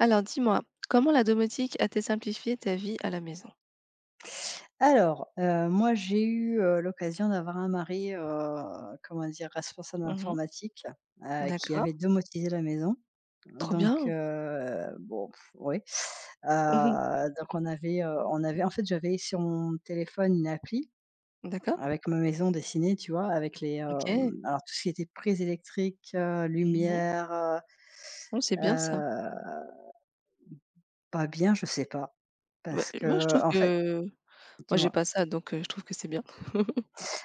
Alors dis-moi, comment la domotique a-t-elle simplifié ta vie à la maison? Alors, moi j'ai eu, l'occasion d'avoir un mari, comment dire? Responsable Mmh. informatique, qui D'accord, avait domotisé la maison. trop Donc, bien. Bon, oui, Oui, donc on avait en fait j'avais sur mon téléphone une appli d'accord, avec ma maison dessinée, tu vois? Avec les, OK. hem, alors tout ce qui était prises électriques, Mmh. lumière, Oh, c'est bien ça. Pas bien, je sais pas. Bah, Parce moi je que, trouve en fait que moi j'ai dis-moi? pas ça donc je trouve que c'est bien.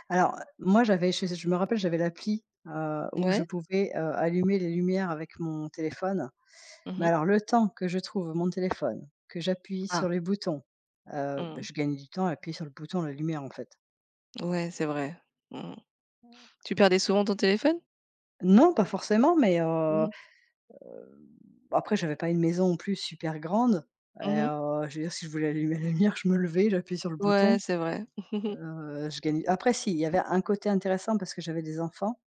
Alors, moi j'avais, je me rappelle, j'avais l'appli, où je Ouais. pouvais, allumer les lumières avec mon téléphone. Mais Mmh. alors le temps que je trouve mon téléphone, que j'appuie sur Ah, les boutons, bah, mmh. je gagne du temps à appuyer sur le bouton, la lumière, en fait. Ouais, c'est vrai. Mmh. Tu perdais souvent ton téléphone? Non, pas forcément, mais, Mmh mh. après j'avais pas une maison non plus super grande et Mmh. Je veux dire si je voulais allumer la lumière, je me levais, j'appuyais sur le Ouais, bouton. c'est vrai. Je gagnais après, si, il y avait un côté intéressant parce que j'avais des enfants.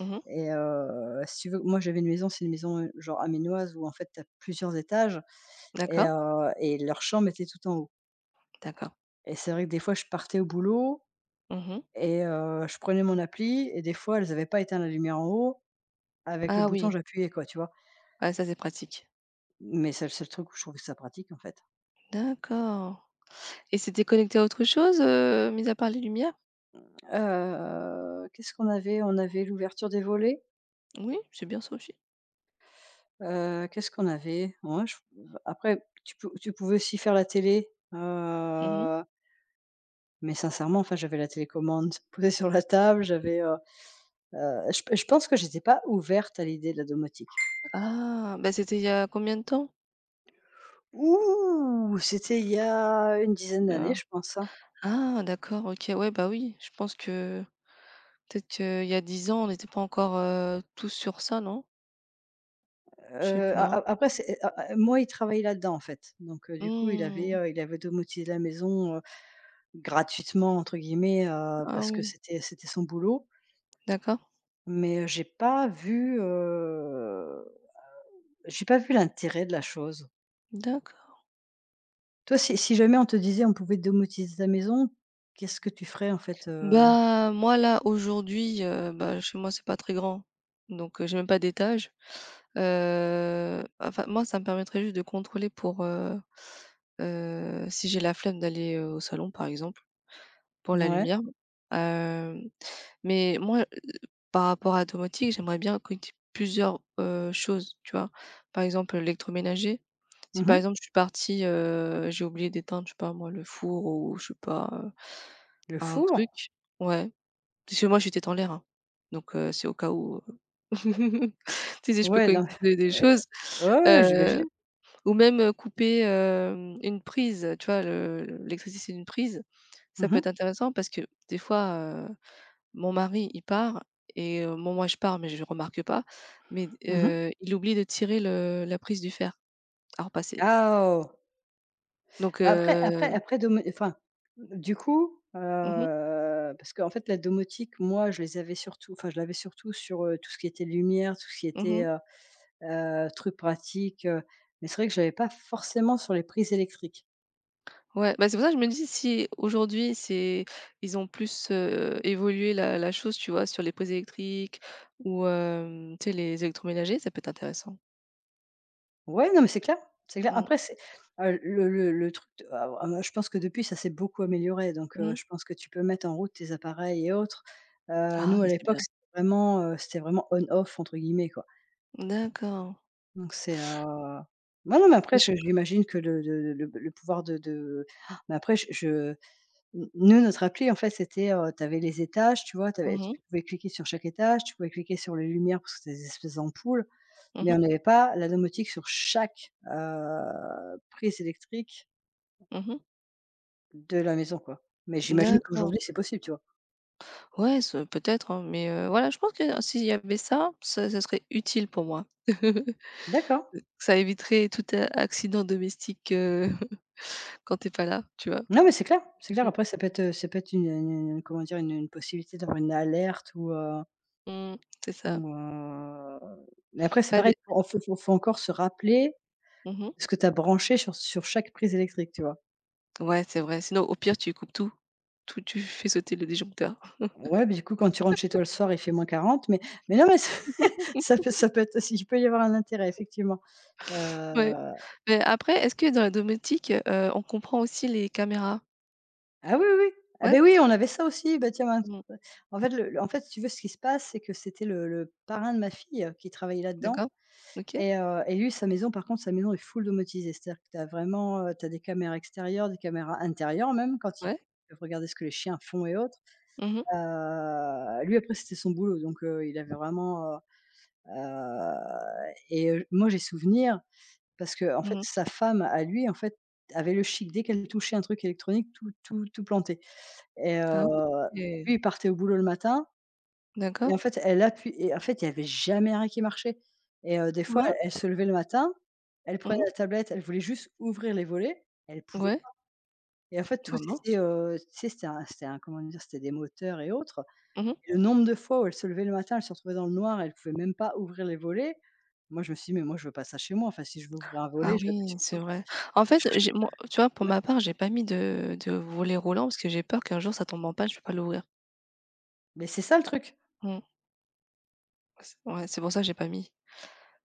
Mmh. Et si tu veux, moi j'avais une maison, c'est une maison, genre aménoise où en fait tu as plusieurs étages D'accord, et leur chambre était tout en haut. d'accord. Et c'est vrai que des fois je partais au boulot Mmh. et je prenais mon appli et des fois elles avaient pas éteint la lumière en haut. Avec le Ah bouton, oui, j'appuyais quoi, tu vois? ah ça c'est pratique. Mais c'est le seul truc où je trouvais ça pratique en fait. D'accord, et c'était connecté à autre chose, mis à part les lumières? Qu'est-ce qu'on avait? On avait l'ouverture des volets. Oui, c'est bien ça aussi. Qu'est-ce qu'on avait? Ouais, je après tu pouvais aussi faire la télé. Heu Mmh mh. Mais sincèrement, enfin, j'avais la télécommande posée sur la table, j'avais, je pense que j'étais pas ouverte à l'idée de la domotique. Ah, bah, c'était il y a combien de temps? Ouh! C'était il y a une dizaine Il y d'années, a je pense, hein. Ah, d'accord, OK, ouais, bah, oui, je pense que peut-être qu'il y a 10 ans, on n'était pas encore, tous sur ça, non? Je sais A pas. a Après c'est, a a moi, il travaillait là-dedans, en fait. Donc du coup, Mmh. Il avait domotisé la maison, «gratuitement» entre guillemets, Ah parce que oui, c'était son boulot. d'accord, Mais j'ai pas vu l'intérêt de la chose. d'accord. Toi, si jamais on te disait on pouvait domotiser ta maison, qu'est-ce que tu ferais en fait? Bah, moi là, aujourd'hui, bah, chez moi, c'est pas très grand, donc j'ai même pas d'étage. Enfin, moi, ça me permettrait juste de contrôler pour, si j'ai la flemme d'aller, au salon, par exemple, pour la Ouais. lumière. Hem Mais moi, par rapport à la domotique, j'aimerais bien connecter plusieurs, choses, tu vois? Par exemple, l'électroménager. Si par Mmh. exemple, je suis partie, j'ai oublié d'éteindre, je sais pas moi, le four ou je sais pas, Le un four? truc, ouais, parce que moi, je suis tête en l'air, hein, donc c'est au cas où. Tu sais, je peux Ouais, non, connecter des choses, ouais, ouais, heu, j'imagine. ou même, couper, une prise, tu vois? Le l'électricité d'une prise, ça Mmh peut mh. être intéressant parce que des fois, mon mari, il part et bon moi je pars mais je remarque pas, mais Mmh. Il oublie de tirer le la prise du fer à repasser. Ah oh! Donc Bah, après après heu après domo enfin, du coup, Mmh mh, parce qu'en fait la domotique, moi je les avais surtout enfin je l'avais surtout sur, tout ce qui était lumière, tout ce qui était, mmh. Trucs pratiques, mais c'est vrai que je l'avais pas forcément sur les prises électriques. Ouais, bah, c'est pour ça que je me dis si aujourd'hui c'est ils ont plus, évolué la chose, tu vois? Sur les prises électriques ou tu sais les électroménagers, ça peut être intéressant. Ouais, non, mais c'est clair, c'est clair. Mmh, Après, c'est, le truc de, moi, je pense que depuis, ça s'est beaucoup amélioré, donc mmh. je pense que tu peux mettre en route tes appareils et autres. Ah Nous, à ça c'est l'époque, bien. C'était vraiment «on off» entre guillemets, quoi. D'accord. Donc c'est, ouais, non, mais après, je je j'imagine que le pouvoir de Ah, mais après, je nous, notre appli, en fait, c'était, tu avais les étages, tu vois? Mmh mh, Tu pouvais cliquer sur chaque étage, tu pouvais cliquer sur les lumières parce que c'était des espèces d'ampoules. Mais mmh. on n'avait pas la domotique sur chaque, prise électrique Mmh. de la maison, quoi. Mais j'imagine D'accord. qu'aujourd'hui, c'est possible, tu vois? Ouais, ce peut-être, hein, mais voilà, je pense que s'il y avait ça, ça serait utile pour moi. D'accord. Ça éviterait tout a accident domestique. Quand t'es pas là, tu vois? Non, mais c'est clair, c'est Mmh clair. mh. Après, ça peut être une, comment dire? Une possibilité d'avoir une alerte ou, Mmh, c'est ça. ou, heu mais après, c'est Pas pareil, des faut encore se rappeler Mmh. ce que tu as branché sur chaque prise électrique, tu vois? Ouais, c'est vrai, sinon au pire, tu coupes tout. Tu fais sauter le disjoncteur. Ouais, mais du coup, quand tu rentres chez toi le soir, il fait -40. Mais, non, mais ça peut être aussi, il peut y avoir un intérêt effectivement, Ouais, heu mais après, est-ce que dans la domotique, on comprend aussi les caméras? Ah oui, oui. Ah Ouais? ben oui, on avait ça aussi. Bah, tiens, mince, Mmh, ouais. En fait, le en fait, si tu veux, ce qui se passe, c'est que c'était le parrain de ma fille, qui travaillait d'accord. là-dedans OK. Et lui, sa maison, par contre, sa maison est full domotisée. C'est-à-dire que tu as vraiment, tu, des caméras extérieures, des caméras intérieures même, quand ils Ouais. peuvent regarder ce que les chiens font et autres. Mhm. Mh. Lui, après, c'était son boulot donc il avait vraiment, heu et moi, j'ai souvenir parce que en fait, Mmh. sa femme, à lui, en fait, avait le chic. Dès qu'elle touchait un truc électronique, tout tout tout plantait. Et Ah oui? lui, Et- il partait au boulot le matin et D'accord. en fait, elle appuie et en fait, il y avait jamais rien qui marchait et des fois, elle Mince. se levait le matin, elle prenait Mmh. la tablette, elle voulait juste ouvrir les volets, elle pouvait Ouais. et en fait, tout Bah était, mince. Tu sais, c'était un, comment dire? C'était des moteurs et autres Mmh. et le nombre de fois où elle se levait le matin, elle se retrouvait dans le noir, elle pouvait même pas ouvrir les volets. Moi, je me suis dit: «Mais moi, je veux pas ça chez moi. Enfin, si je veux ouvrir un volet, Ah j'appuie oui, sur le c'est bouton». vrai. En fait, j'ai moi, tu vois, pour Ouais. ma part, j'ai pas mis de volet roulant parce que j'ai peur qu'un jour ça tombe en panne, je peux pas l'ouvrir. Mais c'est ça le truc, Mmh. C Ouais, c'est pour ça que j'ai pas mis.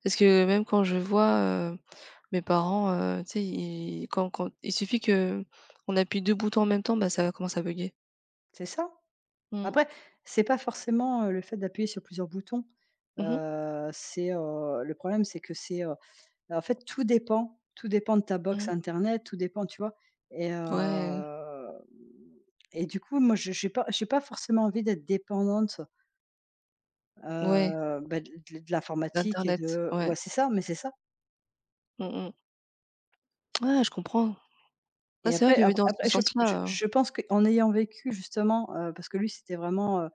Parce que même quand je vois, heu, mes parents, tu sais, ils quand il suffit que on appuie 2 boutons en même temps, bah, ça commence à bugger. c'est ça. Mmh. Après, c'est pas forcément, le fait d'appuyer sur plusieurs boutons. Mmh mh. C'est, le problème, c'est que c'est, en fait, tout dépend de ta box Mmh. internet, tout dépend, tu vois? Et heu, Ouais, et du coup, moi, je j'ai pas forcément envie d'être dépendante, ouais, bah, de l'informatique et d'internet, de ouais. ouais, c'est ça, mais c'est ça. Mmh mh. Ah, je comprends. Ah, Et c'est vrai après, que vu ap dans ce après sens-là, je pense qu'en ayant vécu justement, parce que lui, c'était vraiment,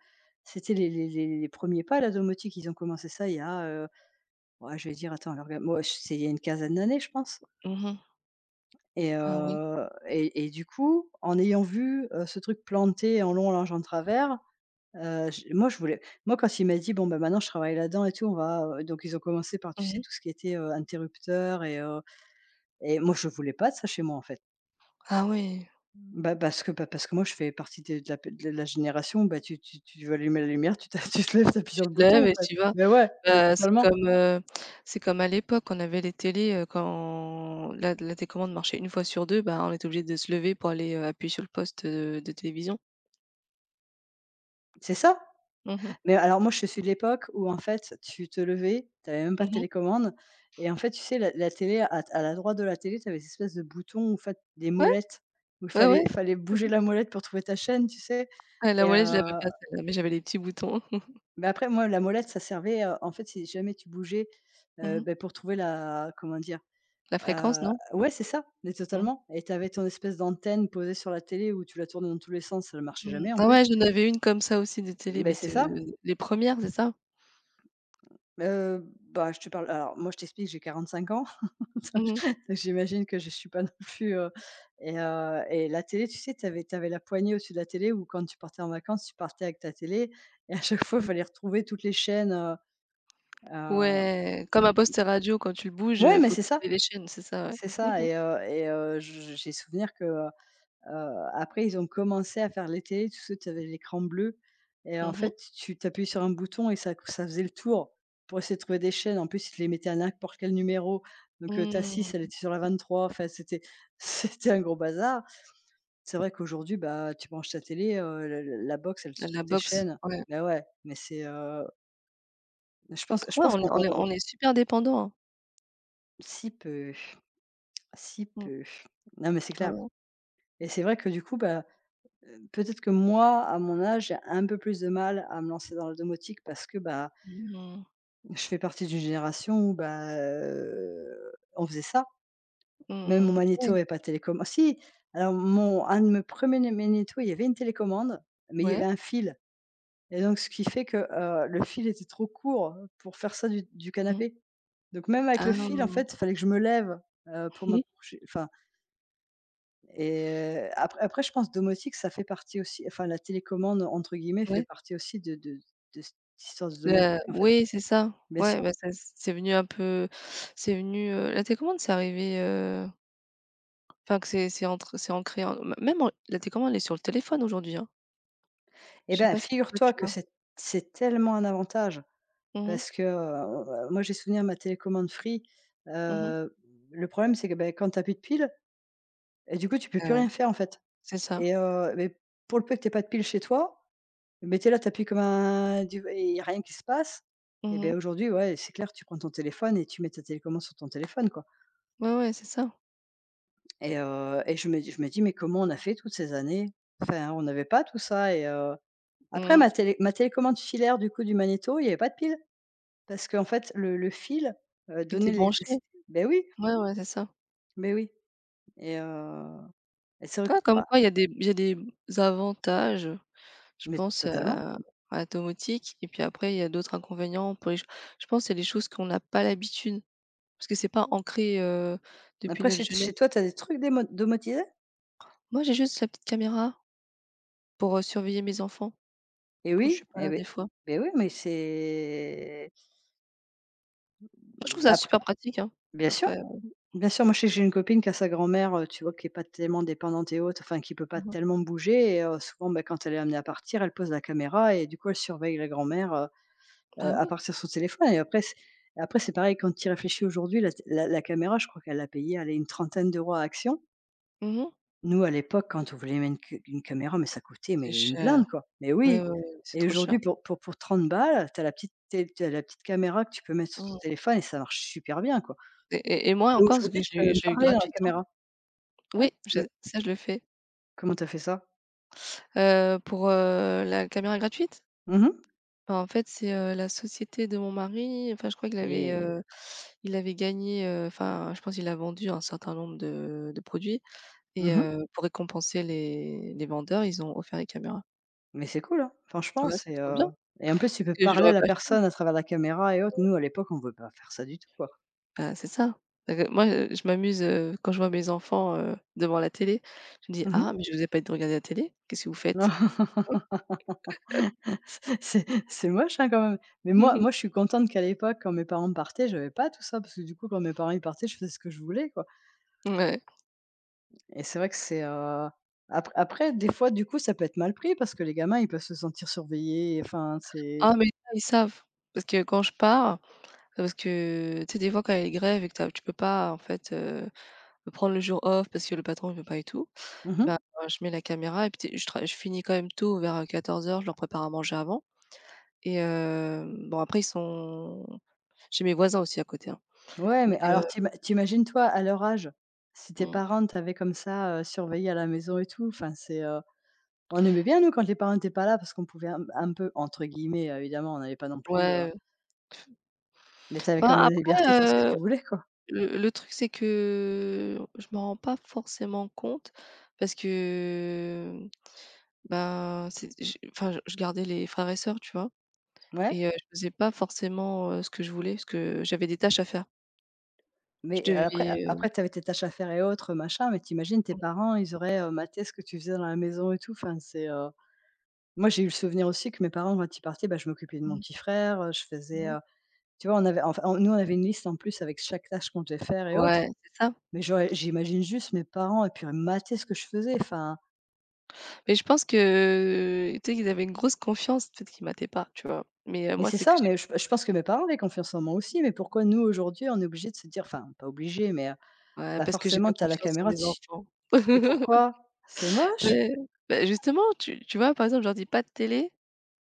c'était les 1 pas, la domotique. Ils ont commencé ça il y a, ouais, je vais dire, attends, elle regarde moi, c'est il y a une quinzaine d'années, je pense, mmh. et Ah oui. Et du coup, en ayant vu, ce truc planté en long, en large, en travers, j moi, je voulais moi, quand il m'a dit: «Bon, ben maintenant, je travaille là-dedans et tout, on va» donc ils ont commencé par, tu sais, Mmh. tout ce qui était, interrupteur et moi, je voulais pas de ça chez moi, en fait. Ah oui. Bah, parce que moi, je fais partie des de la génération, bah, tu veux allumer la lumière, tu t'a tu te lèves, tu appuies sur Tu le te bouton, lèves en et fait. tu y vas. Mais ouais, mais Bah, c'est totalement. comme, c'est comme à l'époque, on avait les télés, quand la télécommande marchait une fois sur deux, bah, on était obligé de se lever pour aller, appuyer sur le poste, de télévision. C'est ça! Mmh mh. Mais alors moi, je suis de l'époque où en fait, tu te levais, tu avais même pas Mmh de mh. télécommande et en fait, tu sais, la télé, à la droite de la télé, tu avais des espèces de boutons, en fait, des Ouais, molettes où il ouais, fallait ouais. fallait bouger la molette pour trouver ta chaîne, tu sais? Ah la Et molette, je l'avais pas celle-là, mais j'avais les petits boutons. mais après moi, la molette, ça servait, en fait, si jamais tu bougeais, Mmh mh. beh, pour trouver la, comment dire? La fréquence, Heu, non? ouais, c'est ça, mais Mmh. totalement, et tu avais ton espèce d'antenne posée sur la télé où tu la tournais dans tous les sens, ça ne marchait Mmh. jamais en Ah plus. ouais, j'en avais une comme ça aussi de télé, Ben mais c'est c'était, ça. Les premières, c'est ça? Heu, Bah, je te parle, alors moi, je t'explique, j'ai 45 ans, donc Mmh mh. j'imagine que je suis pas non plus, et la télé, tu sais, tu avais la poignée au-dessus de la télé où quand tu partais en vacances, tu partais avec ta télé et à chaque fois, il fallait Mmh. retrouver toutes les chaînes, heu Ouais, comme un poste radio quand tu le bouges, ouais, mais faut trouver les chaînes, c'est ça, ouais. c'est ça et je j'ai souvenir que, après ils ont commencé à faire les télés, tu sais, tu avais l'écran bleu et en Mmh mh. fait, tu t'appuies sur un bouton et ça faisait le tour pour essayer de trouver des chaînes. En plus, ils les mettaient à n'importe quel numéro. Donc, ta 6 Mmh, elle était sur la 23. Enfin, c'était c'était un gros bazar. C'est vrai qu'aujourd'hui, bah, tu branches ta télé, la box, elle se trouve la tes box, chaînes. ouais. Bah, ouais, mais c'est, je Ouais, pense on est qu'on on est on on est super dépendant, hein. si peu, si Mmh. peu. Non, mais c'est Ah clair ouais. et c'est vrai que du coup, bah peut-être que moi, à mon âge, j'ai un peu plus de mal à me lancer dans la domotique parce que, bah, Mmh. je fais partie d'une génération où, bah, on faisait ça. Mmh Même mon mh, mmh. Ouais. magnéto avait pas télécommande. Si! Alors, mon un de mes premiers, er magnéto, il y avait une télécommande, mais il y avait Ouais. un fil et donc ce qui fait que, le fil était trop court pour faire ça du Mmh. canapé. Donc même avec le Ah. fil, en fait, il fallait que je me lève, pour Mmh. m'approcher enfin. Et après je pense domotique, ça fait partie aussi, enfin la télécommande entre guillemets fait Ouais. partie aussi de cette histoire de domotique Le en fait. Oui, c'est ça. Bien Ouais, sûr. bah, ça c'est venu un peu c'est venu, la télécommande, c'est arrivé, enfin que c'est entre c'est ancré en m même en la télécommande, elle est sur le téléphone aujourd'hui, hein. Eh Je sais ben, pas si toi figure-toi tu que l'as? c'est tellement un avantage Mhm, mhm. parce que, moi j'ai souvenir de ma télécommande Free, heu, le problème c'est que, ben, quand tu plus de piles et du coup tu peux Ah plus ouais. rien faire en fait, C'est ça. et mais pour le peu que tu pas de piles chez toi, mais tu là, tu appuies comme un, il y a rien qui se passe. Et beh, Mhm. aujourd'hui, ouais, c'est clair, tu prends ton téléphone et tu mets ta télécommande sur ton téléphone, quoi. Ouais, ouais, c'est ça. Et je me dis: «Mais comment on a fait toutes ces années?» Enfin, on n'avait pas tout ça. Et après Mhm. Mh. ma télécommande filaire du coup du magnéto, il n'y avait pas de pile, parce qu'en fait le fil, Et tu donnait branché. l'électricité. Ben oui, Ouais, ouais, c'est ça. ben oui, et heu, et c'est vrai que Ouais, comme bah, quoi il y a des avantages. Je mais pense, totalement. à la domotique et puis après il y a d'autres inconvénients pour les ch je pense que c'est les choses qu'on n'a pas l'habitude, parce que c'est pas ancré, depuis Après, notre chez jeunesse. chez toi, tu as des trucs démo domotisés? Moi, j'ai juste la petite caméra pour, surveiller mes enfants Eh quand je oui, suis pas eh là des beh, fois. beh oui, mais c'est Moi, je trouve ça après, super pratique, hein. bien sûr. Après. Bien sûr, moi je sais que j'ai une copine qui a sa grand-mère, tu vois, qui est pas tellement dépendante et autres, enfin qui peut pas Mmh. tellement bouger. Et souvent, bah, quand elle est amenée à partir, elle pose la caméra et du coup, elle surveille la grand-mère, heu, Bah à oui. partir de son téléphone. Et après c'est pareil, quand tu y réfléchis aujourd'hui, la caméra, je crois qu'elle l'a payée, elle est une trentaine d'euros à Action. Mmh. Nous à l'époque, quand on voulait même qu une caméra, mais ça coûtait, mais C'est une cher. blinde, quoi. Mais Oui, oui, oui, oui, c'est et trop aujourd'hui cher. pour pour 30 balles, tu as la petite té tu la petite caméra que tu peux mettre sur ton Mmh, téléphone et ça marche super bien, quoi. et moi Et encore parce que aujourd'hui, tu je peux l'ai même je l'ai eu parler dans la gratuite, hein. caméra. Ah, Oui, je bah, ça je le fais, comment t'as fait ça? Pour, la caméra gratuite? Mmh. Bah, en fait, c'est, la société de mon mari, enfin, je crois qu'il avait, Et il avait gagné, enfin, je pense qu'il a vendu un certain nombre de produits et mmh, pour récompenser les vendeurs, ils ont offert les caméras. mais c'est cool, hein. Franchement, Ouais, c'est c'est, trop bien, et en plus, tu parce peux que je parler à l'aurais la pas acheté. personne à travers la caméra et autres. Nous, à l'époque, on ne pouvait pas faire ça du tout, quoi. Bah, c'est ça. Parce moi, je m'amuse, quand je vois mes enfants, devant la télé, je me dis: Mmh. «Ah, mais je vous ai pas dit de regarder la télé, qu'est-ce que vous faites?» C'est moche, hein, quand même, mais moi moi, je suis contente qu'à l'époque, quand mes parents partaient, j'avais pas tout ça, parce que du coup, quand mes parents, ils partaient, je faisais ce que je voulais, quoi. Ouais. Et c'est vrai que c'est, après, des fois, du coup, ça peut être mal pris parce que les gamins, ils peuvent se sentir surveillés, enfin, c'est Ah, mais ça, ils savent, parce que quand je pars, parce que, tu sais, des fois quand il y a les grèves et que tu peux pas en fait, peux prendre le jour off parce que le patron il veut pas et tout. Ben, mmh. Je mets la caméra et puis tu je tra je finis quand même tôt vers, 14h, je leur prépare à manger avant et bon après ils sont j'ai mes voisins aussi à côté, hein, Ouais, mais et alors t'imagines toi à leur âge, si tes mmh, parents t'avaient comme ça, surveillé à la maison et tout, enfin c'est, heu, on aimait bien nous quand les parents étaient pas là, parce qu'on pouvait un peu entre guillemets, évidemment on n'avait pas non plus, heu, ouais. mais t'avais Ben quand même la après, liberté sur ce que tu heu, voulais, quoi. le truc c'est que je m'en rends pas forcément compte parce que, ben, c'est je enfin je gardais les frères et sœurs, tu vois? Ouais, Et je faisais pas forcément, ce que je voulais parce que j'avais des tâches à faire. Je mais devais, après a après t'avais tes tâches à faire et autres, machin, mais t'imagines tes parents, ils auraient, maté ce que tu faisais dans la maison et tout, enfin c'est, heu, moi j'ai eu le souvenir aussi que mes parents quand ils partaient, bah, je m'occupais de mon petit frère, je faisais, mmh. heu, tu vois, on avait enfin nous on avait une liste en plus avec chaque tâche qu'on devait faire et Ouais, autres. c'est ça. Mais j'imagine juste mes parents et puis mater ce que je faisais, enfin Mais je pense que, tu sais, qu'ils avaient une grosse confiance, peut-être qu'ils mattaient pas, tu vois? Mais mais moi, c'est c'est que ça, j'ai mais je pense que mes parents avaient confiance en moi aussi, mais pourquoi nous aujourd'hui on est obligé de se dire, enfin pas obligé, mais ouais, bah, parce que j'ai forcément pas tu as la confiance en caméra, mes tu, enfants. et pourquoi? C'est moche? Beh, beh, justement, tu vois, par exemple, je leur dis: «Pas de télé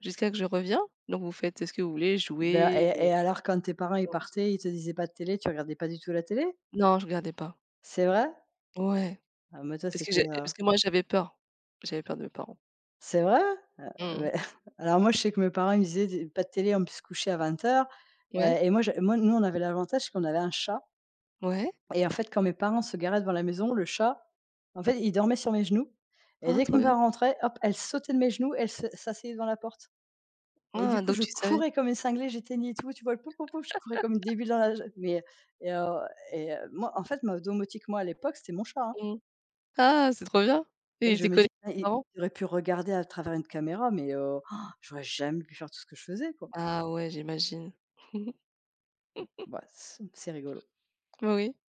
jusqu'à que je reviens, donc vous faites ce que vous voulez, Bah, jouez». Et alors quand tes parents ils partaient, ils te disaient pas de télé, tu regardais pas du tout la télé? Non, je regardais pas. C'est vrai? Ouais, Ah moi toi parce que j'ai c'était, heu, parce que moi, j'avais peur. J'avais peur de mes parents. c'est vrai? Mmh. Mais alors moi je sais que mes parents ils me disaient: «Pas de télé, on peut se coucher à 20:00», heures. Euh, Ouais, et moi nous on avait l'avantage qu'on avait un chat. ouais. Et en fait, quand mes parents se garaient devant la maison, le chat, en fait, il dormait sur mes genoux, et Ah, dès que trop mes bien. parents rentraient, hop, elle sautait de mes genoux, elle se s'asseyait devant la porte, et du Ah, coup, donc je tu savais? courais comme une cinglée, j'éteignais tout, tu vois? Le pouf, pouf, pouf, je courais comme une débile dans la mais, et heu, et moi, en fait, ma domotique, moi, à l'époque, c'était mon chat, hein. Mmh. Ah, c'est trop bien. Et Et ils je me étaient aux dis: «Ah, parents? il aurait pu regarder à travers une caméra, mais j'aurais jamais pu faire tout ce que je faisais, quoi». Ah ouais, j'imagine. Bah, c'est rigolo. Oui.